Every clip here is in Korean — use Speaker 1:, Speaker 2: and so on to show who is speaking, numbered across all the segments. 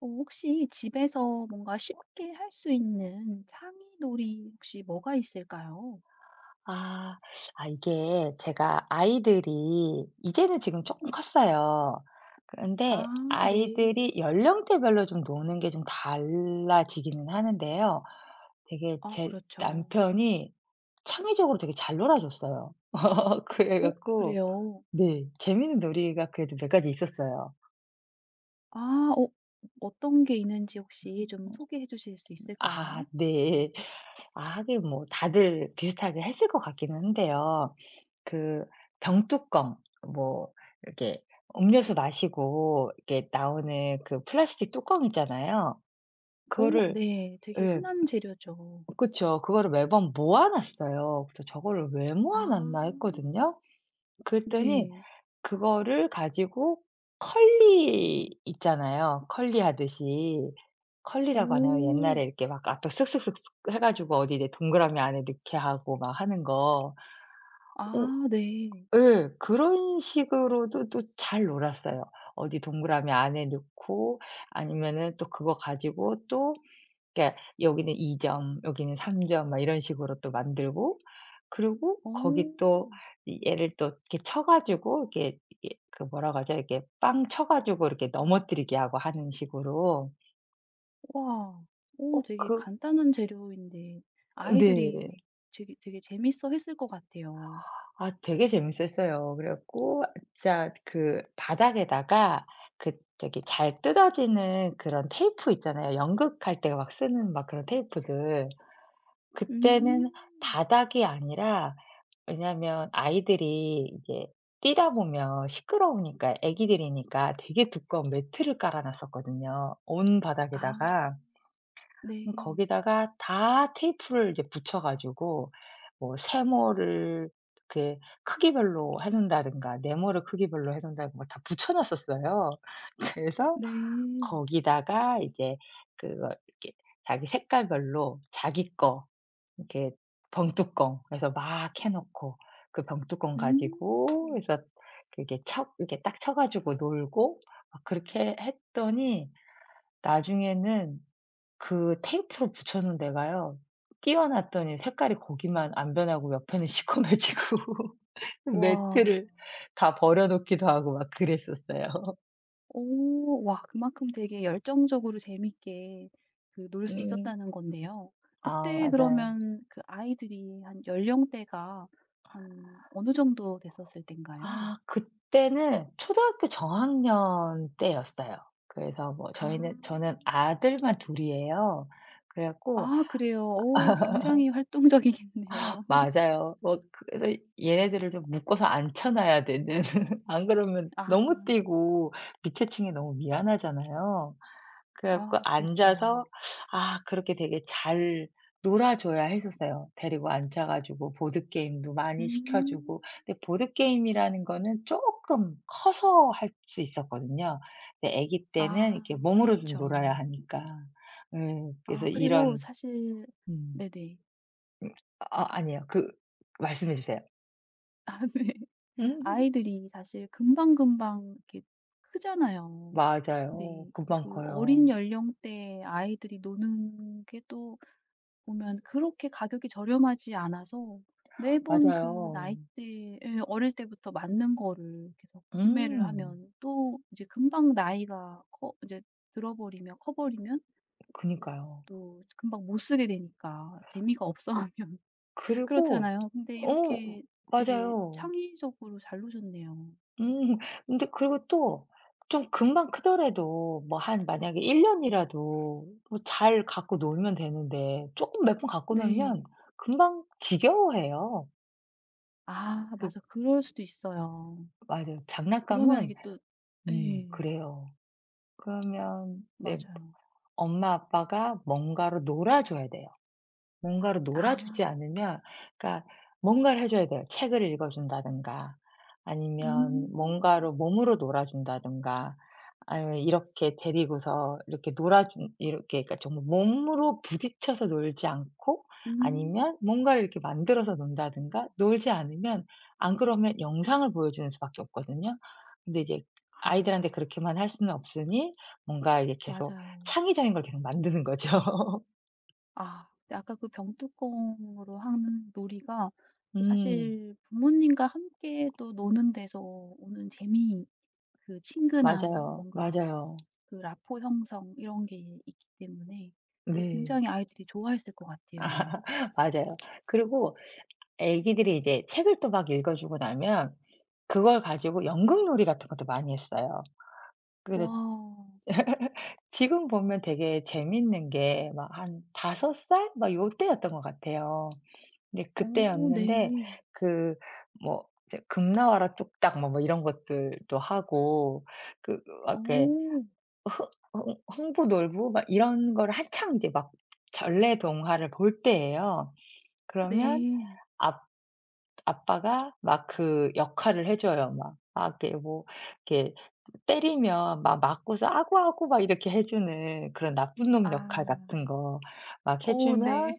Speaker 1: 혹시 집에서 뭔가 쉽게 할 수 있는 창의놀이 혹시 뭐가 있을까요?
Speaker 2: 아. 아 이게 제가 아이들이 이제는 지금 조금 컸어요. 근데
Speaker 1: 아 네.
Speaker 2: 아이들이 연령대별로 좀 노는 게 좀 달라지기는 하는데요. 되게
Speaker 1: 아
Speaker 2: 제
Speaker 1: 그렇죠.
Speaker 2: 남편이 창의적으로 되게 잘 놀아 줬어요. 그래
Speaker 1: 어
Speaker 2: 갖고
Speaker 1: 그래요?
Speaker 2: 네 재밌는 놀이가 그래도 몇 가지 있었어요.
Speaker 1: 아. 어떤 게 있는지 혹시 좀 소개해 주실 수
Speaker 2: 아
Speaker 1: 있을까요?
Speaker 2: 네. 아 하긴 뭐 다들 비슷하게 했을 것 같기는 한데요. 그 병뚜껑 뭐 이렇게 음료수 마시고 이렇게 나오는 그 플라스틱 뚜껑 있잖아요.
Speaker 1: 오,
Speaker 2: 그거를
Speaker 1: 네. 되게
Speaker 2: 예.
Speaker 1: 흔한 재료죠.
Speaker 2: 그쵸. 그거를 매번 모아 놨어요. 그래서 '저거를 왜
Speaker 1: 아
Speaker 2: 모아 놨나.' 했거든요. 그랬더니
Speaker 1: 네.
Speaker 2: 그거를 가지고 컬리 있잖아요. 컬리 하듯이. 컬리라고 하나요?
Speaker 1: 오,
Speaker 2: 옛날에 이렇게 막 앞에 슥슥슥슥 해 가지고 어디 이제 동그라미 안에 넣게 하고 막 하는 거. 어
Speaker 1: 아 네.
Speaker 2: 예. 그런 식으로도 또 잘 놀았어요. 어디 동그라미 안에 넣고 아니면은 또 그거 가지고 또 그러니까 여기는 2 점, 여기는 3 점 막 이런 식으로 또 만들고 그리고
Speaker 1: 오,
Speaker 2: 거기 또 이 얘를 또 이렇게 쳐 가지고 이렇게 이게 그 뭐라고 하죠? 이렇게 빵 쳐 가지고 이렇게 넘어뜨리게 하고 하는 식으로
Speaker 1: 와.
Speaker 2: 어
Speaker 1: 오, 되게
Speaker 2: 그
Speaker 1: 간단한 재료인데 아이들이
Speaker 2: 네.
Speaker 1: 되게 재밌어 했을 것 같아요.
Speaker 2: 아 되게 재밌었어요. 그래 갖고 진짜 그 바닥에다가 그 저기 잘 뜯어지는 그런 테이프 있잖아요. 연극할 때 막 쓰는 막 그런 테이프들.
Speaker 1: 음.
Speaker 2: 그때는 바닥이 아니라 왜냐하면 아이들이 이제 뛰다 보면 시끄러우니까 애기들이니까 되게 두꺼운 매트를 깔아 놨었거든요, 온
Speaker 1: 아
Speaker 2: 바닥에다가.
Speaker 1: 네.
Speaker 2: 거기다가 다 테이프를 이제 붙여 가지고 뭐 세모를 이렇게 크기별로 해 놓는다든가 네모를 크기별로 해 놓는다든가 다 붙여 놨었어요. 그래서
Speaker 1: 네.
Speaker 2: 거기다가 이제 그걸 이렇게 자기 색깔별로 자기 거 이렇게 병뚜껑 해서 막 해 놓고 그 병뚜껑 가지고
Speaker 1: 음.
Speaker 2: 해서 그게 쳐 이렇게 딱 쳐 가지고 놀고 막 그렇게 했더니 나중에는 그 테이프로 붙여 놓은 데가요. 끼워 놨더니 색깔이 거기만 안 변하고 옆에는 시커매지고
Speaker 1: 와.
Speaker 2: 매트를 다 버려 놓기도 하고 막 그랬었어요.
Speaker 1: 오. 와, 그만큼 되게 열정적으로 재밌게 그 놀 수
Speaker 2: 음.
Speaker 1: 있었다는 건데요.
Speaker 2: 아
Speaker 1: 그때
Speaker 2: 맞아요.
Speaker 1: 그러면 그 아이들이 한 연령대가 한 어느 정도 됐었을 땐가요?
Speaker 2: 아 그때는 초등학교 저학년 때였어요. 그래서 뭐
Speaker 1: 아.
Speaker 2: 저희는 저는 아들만 둘 이에요. 그래 갖고
Speaker 1: 아 그래요. 오, 굉장히 활동적이겠네요.
Speaker 2: 맞아요. 뭐 그래서 얘네들을 좀 묶어서 앉혀 놔야 되는 안 그러면
Speaker 1: 아.
Speaker 2: 너무 뛰고 밑에 층이 너무 미안하잖아요. 그래 갖고
Speaker 1: 아 그렇죠.
Speaker 2: 앉아서 아 그렇게 되게 잘 놀아 줘야 했었어요. 데리고 앉아 가지고 보드게임도 많이 시켜
Speaker 1: 음.
Speaker 2: 주고. 근데 보드게임이라는 거는 조금 커서 할 수 있었거든요. 근데 아기 때는
Speaker 1: 아
Speaker 2: 이렇게 몸으로 좀 놀아야
Speaker 1: 그렇죠.
Speaker 2: 하니까. 그래서
Speaker 1: 아 그리고
Speaker 2: 이런
Speaker 1: 사실
Speaker 2: 음.
Speaker 1: 네네.
Speaker 2: 음 아
Speaker 1: 아
Speaker 2: 아니에요. 그 말씀해 주세요.
Speaker 1: 네.
Speaker 2: 음.
Speaker 1: 아이들이 사실 금방금방 이렇게 크잖아요.
Speaker 2: 맞아요.
Speaker 1: 네.
Speaker 2: 금방
Speaker 1: 그 어린
Speaker 2: 커요.
Speaker 1: 연령대 아이들이 노는 게 또 보면 그렇게 가격이 저렴하지 않아서 매번 그
Speaker 2: 맞아요.
Speaker 1: 나이대에 어릴 때부터 맞는 거를 계속 구매를
Speaker 2: 음.
Speaker 1: 하면 또 이제 금방 나이가 커 이제 들어 버리면 커 버리면
Speaker 2: 그니까요.
Speaker 1: 또 금방 못 쓰게 되니까 재미가 없어 하면
Speaker 2: 그리고
Speaker 1: 그렇잖아요. 근데
Speaker 2: 어
Speaker 1: 이렇게 되게
Speaker 2: 맞아요.
Speaker 1: 창의적으로 잘 노셨네요.
Speaker 2: 음 근데 그리고 또 좀 금방 크더라도 뭐 한 만약에 1 년이라도 뭐 잘 갖고 놀면 되는데 조금 몇 번 갖고 놀면
Speaker 1: 네.
Speaker 2: 금방 지겨워해요.
Speaker 1: 아
Speaker 2: 그
Speaker 1: 맞아. 그럴 수도 있어요.
Speaker 2: 맞아요.
Speaker 1: 그러면
Speaker 2: 장난감은
Speaker 1: 이게 또 예.
Speaker 2: 그래요. 그러면 네
Speaker 1: 맞아요.
Speaker 2: 엄마 아빠가 뭔가로 놀아 줘야 돼요. 뭔가로
Speaker 1: 아.
Speaker 2: 놀아주지 않으면 그러니까 뭔가를 해 줘야 돼요. 책을 읽어 준다든가 아니면
Speaker 1: 음.
Speaker 2: 뭔가로 몸으로 놀아 준다든가 아니면 이렇게 데리고서 이렇게 놀아 준 이렇게 그러니까 정말 몸으로 부딪혀서 놀지 않고
Speaker 1: 음.
Speaker 2: 아니면 뭔가를 이렇게 만들어서 논다든가 놀지 않으면 안 그러면 영상을 보여주는 수밖에 없거든요. 근데 이제
Speaker 1: 아.
Speaker 2: 아이들한테 그렇게만 할 수는 없으니 뭔가 이제 계속
Speaker 1: 맞아요.
Speaker 2: 창의적인 걸 계속 만드는 거죠.
Speaker 1: 아 근데 아까 그 병뚜껑으로 하는 놀이가 또
Speaker 2: 음.
Speaker 1: 사실 부모님과 함께 또 노는 데서 오는 재미, 그 친근함,
Speaker 2: 맞아요.
Speaker 1: 뭔가
Speaker 2: 맞아요.
Speaker 1: 그 라포 형성 이런 게 있기 때문에
Speaker 2: 네.
Speaker 1: 굉장히 아이들이 좋아했을 것 같아요.
Speaker 2: 맞아요. 그리고 애기들이 이제 책을 또 막 읽어 주고 나면 그걸 가지고 연극놀이 같은 것도 많이 했어요. 그래서
Speaker 1: 와.
Speaker 2: 지금 보면 되게 재밌는 게 막 한 5 살 막 요때였던 것 같아요. 근데
Speaker 1: 어
Speaker 2: 그때였는데
Speaker 1: 네.
Speaker 2: 그 뭐 이제 "금나와라 뚝딱." 뭐뭐 이런 것들도 하고 그막 이렇게
Speaker 1: 어
Speaker 2: 흥 흥부놀부 막 이런 거를 한창 이제 막 전래동화를 볼 때예요. 그러면
Speaker 1: 네.
Speaker 2: 아 아빠가 막 그 역할을 해 줘요. 막 아 이렇게 뭐 이렇게 때리면 막 맞고서 "아구, 아구." 막 이렇게 해 주는 그런 나쁜 놈 역할 같은
Speaker 1: 아.
Speaker 2: 거 막 해
Speaker 1: 어
Speaker 2: 주면
Speaker 1: 네.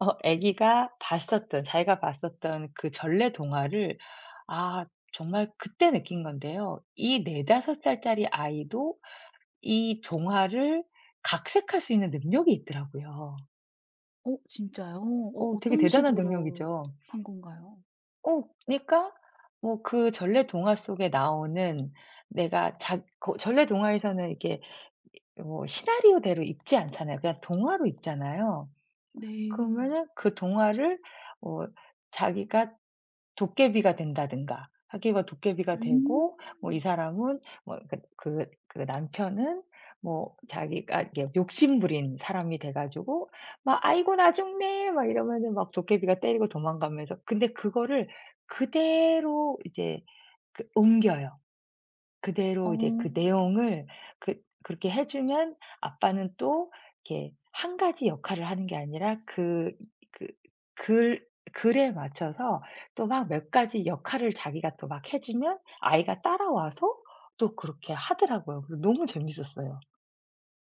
Speaker 2: 어 아기가 봤었던 자기가 봤었던 그 전래 동화를 아 정말 그때 느낀 건데요. 이 4~5 살짜리 아이도 이 동화를 각색할 수 있는 능력이 있더라고요.
Speaker 1: 어 진짜요? 어
Speaker 2: 오 되게
Speaker 1: 어떤
Speaker 2: 대단한
Speaker 1: 식으로
Speaker 2: 능력이죠.
Speaker 1: 한 건가요?
Speaker 2: 어 그니까 뭐 그 전래 동화 속에 나오는 내가 자 거 전래 동화에서는 이게 뭐 시나리오대로 읽지 않잖아요. 그냥 동화로 읽잖아요.
Speaker 1: 네.
Speaker 2: 그러면은 그 동화를 어 자기가 도깨비가 된다든가 하기가 도깨비가
Speaker 1: 음.
Speaker 2: 되고 뭐 이 사람은 뭐 그 남편은 뭐 자기가 이게 욕심부린 사람이 돼 가지고 막 "아이고 나 죽네." 막 이러면은 막 도깨비가 때리고 도망가면서 근데 그거를 그대로 이제 그 옮겨요.
Speaker 1: 어.
Speaker 2: 그대로 이제 그 내용을 그 그렇게 해 주면 아빠는 또 이렇게 한 가지 역할을 하는 게 아니라 그 그 글 글에 맞춰서 또 막 몇 가지 역할을 자기가 또 막 해 주면 아이가 따라와서 또 그렇게 하더라고요. 그래서 너무 재밌었어요.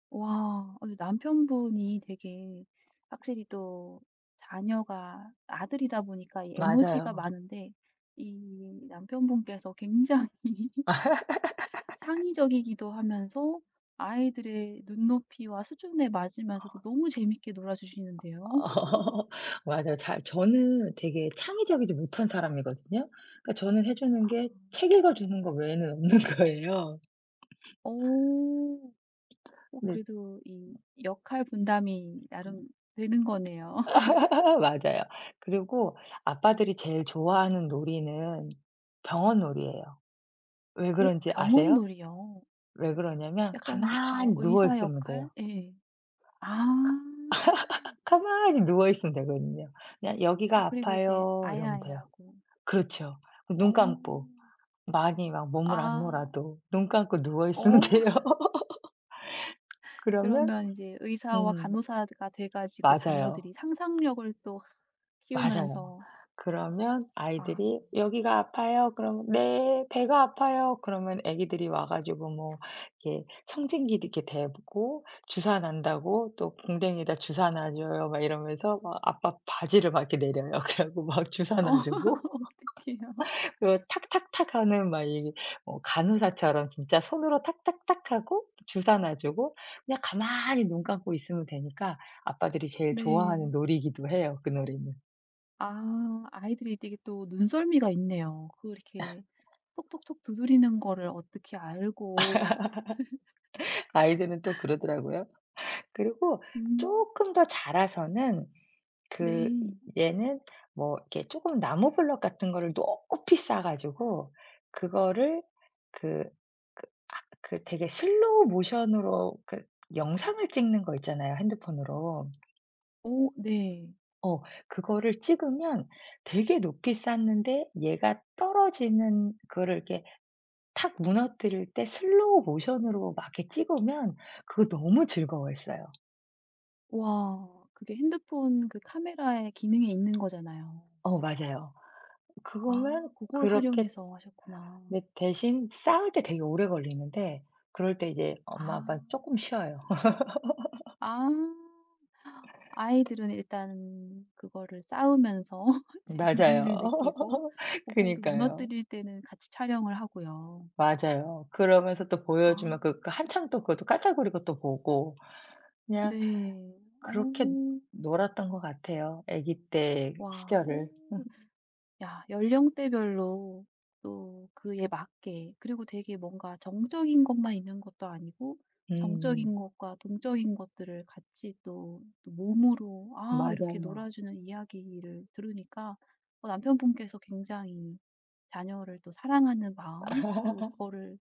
Speaker 1: 와. 아 남편분이 되게 확실히 또 자녀가 아들이다 보니까 이 에너지가
Speaker 2: 맞아요.
Speaker 1: 많은데 이 남편분께서 굉장히 창의적이기도 하면서 아이들의 눈높이와 수준에 맞으면서도 너무 재밌게 놀아주시는데요.
Speaker 2: 맞아요. 잘 저는 되게 창의적이지 못한 사람이거든요. 그러니까 저는 해 주는 게 책 읽어 주는 거 외에는 없는 거예요.
Speaker 1: 오, 어. 어
Speaker 2: 네.
Speaker 1: 그래도 이 역할 분담이 나름 되는 거네요.
Speaker 2: 맞아요. 그리고 아빠들이 제일 좋아하는 놀이는 병원 놀이예요. 왜
Speaker 1: 어
Speaker 2: 그런지 아세요?
Speaker 1: 병원놀이요.
Speaker 2: 왜 그러냐면
Speaker 1: 약간 뭐
Speaker 2: 가만히 누워
Speaker 1: 의사
Speaker 2: 있으면 돼요.
Speaker 1: 역할? 예. 아.
Speaker 2: 가만히 누워 있으면 되거든요. 그냥
Speaker 1: 아
Speaker 2: "여기가
Speaker 1: 그리고 이제
Speaker 2: 아파요." 이러면 돼요.
Speaker 1: 아야아야하고.
Speaker 2: 그렇죠.
Speaker 1: 어.
Speaker 2: 눈 감고 많이 막 몸을 안
Speaker 1: 아.
Speaker 2: 놀아도 눈 감고 누워 있으면
Speaker 1: 어.
Speaker 2: 돼요. 그러면
Speaker 1: 그러면 이제 의사와
Speaker 2: 음
Speaker 1: 간호사가 돼 가지고
Speaker 2: 맞아요.
Speaker 1: 자녀들이 상상력을 또
Speaker 2: 맞아요.
Speaker 1: 키우면서
Speaker 2: 그러면
Speaker 1: 아.
Speaker 2: 아이들이 "여기가 아파요." 그러면 "네. 배가 아파요." 그러면 아기들이 와 가지고 뭐 이렇게 청진기 이렇게 대고 주사 난다고 또 "공댕이에다 주사 놔 줘요." 막 이러면서 막 아빠 바지를 막 이렇게 내려요. 그래 갖고 막 주사
Speaker 1: 어
Speaker 2: 놔 주고
Speaker 1: 어떡해요.
Speaker 2: 그 탁탁탁 하는 막 이 어 간호사처럼 진짜 손으로 탁탁탁 하고 주사 놔 주고 그냥 가만히 눈 감고 있으면 되니까 아빠들이 제일 좋아하는
Speaker 1: 네.
Speaker 2: 놀이기도 해요, 그 놀이는.
Speaker 1: 아 아이들이 되게 또 눈썰미가 있네요. 그렇게 톡톡톡 두드리는 거를 어떻게 알고 그거
Speaker 2: 아이들은 또 그러더라고요. 그리고
Speaker 1: 음
Speaker 2: 조금 더 자라서는 그
Speaker 1: 네.
Speaker 2: 얘는 뭐 이렇게 조금 나무 블럭 같은 거를 높이 쌓아 가지고 그거를 그 그 그 되게 슬로우 모션으로 그 영상을 찍는 거 있잖아요, 핸드폰으로.
Speaker 1: 어 네.
Speaker 2: 어 그거를 찍으면 되게 높이 쌓는데 얘가 떨어지는 그거를 이렇게 탁 무너뜨릴 때 슬로우 모션으로 막 이렇게 찍으면 그거 너무 즐거워했어요.
Speaker 1: 와, 그게 핸드폰 그 카메라의 기능에 있는 거잖아요.
Speaker 2: 어 맞아요.
Speaker 1: 아
Speaker 2: 그거면
Speaker 1: 그걸
Speaker 2: 그렇게
Speaker 1: 활용해서 하셨구나.
Speaker 2: 근데 대신 싸울 때 되게 오래 걸리는데 그럴 때 이제 엄마
Speaker 1: 아.
Speaker 2: 아빠조 쪼끔 쉬어요.
Speaker 1: 아. 아이들은 일단 그거를 싸우면서
Speaker 2: 맞아요.
Speaker 1: 재미를 느끼고 그거를
Speaker 2: 그니까요.
Speaker 1: 무너뜨릴 때는 같이 촬영을 하고요.
Speaker 2: 맞아요. 그러면서 또
Speaker 1: 아
Speaker 2: 보여주면 그 한참 또 그것도 깔짝거리고 또 보고 그냥
Speaker 1: 네. 어.
Speaker 2: 그렇게 놀았던 것 같아요. 아기 때
Speaker 1: 와. 오.
Speaker 2: 시절을.
Speaker 1: 야, 연령대별로 또 그에 맞게 그리고 되게 뭔가 정적인 것만 있는 것도 아니고
Speaker 2: 음.
Speaker 1: 정적인 것과 동적인 것들을 같이 또, 또 몸으로 아, 이렇게
Speaker 2: 맞아요.
Speaker 1: 놀아주는 이야기를 들으니까 어, 남편분께서 굉장히 자녀를 또 사랑하는 마음 그리고 그거를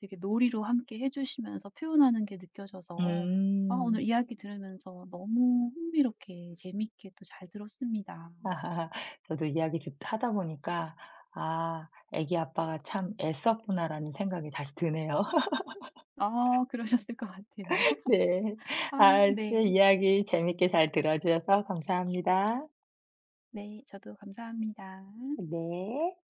Speaker 1: 되게 놀이로 함께 해주시면서 표현하는 게 느껴져서 아, 오늘
Speaker 2: 음.
Speaker 1: 이야기 들으면서 너무 흥미롭게 재밌게 또 잘 들었습니다.
Speaker 2: 저도 이야기 듣 하다 보니까 '아 아기 아빠가 참 애썼구나.'라는 생각이 다시 드네요.
Speaker 1: 아 그러셨을 것 같아요.
Speaker 2: 네.
Speaker 1: 아
Speaker 2: 아 네
Speaker 1: 네.
Speaker 2: 이야기 재밌게 잘 들어 주셔서 감사합니다.
Speaker 1: 네 저도 감사합니다.
Speaker 2: 네.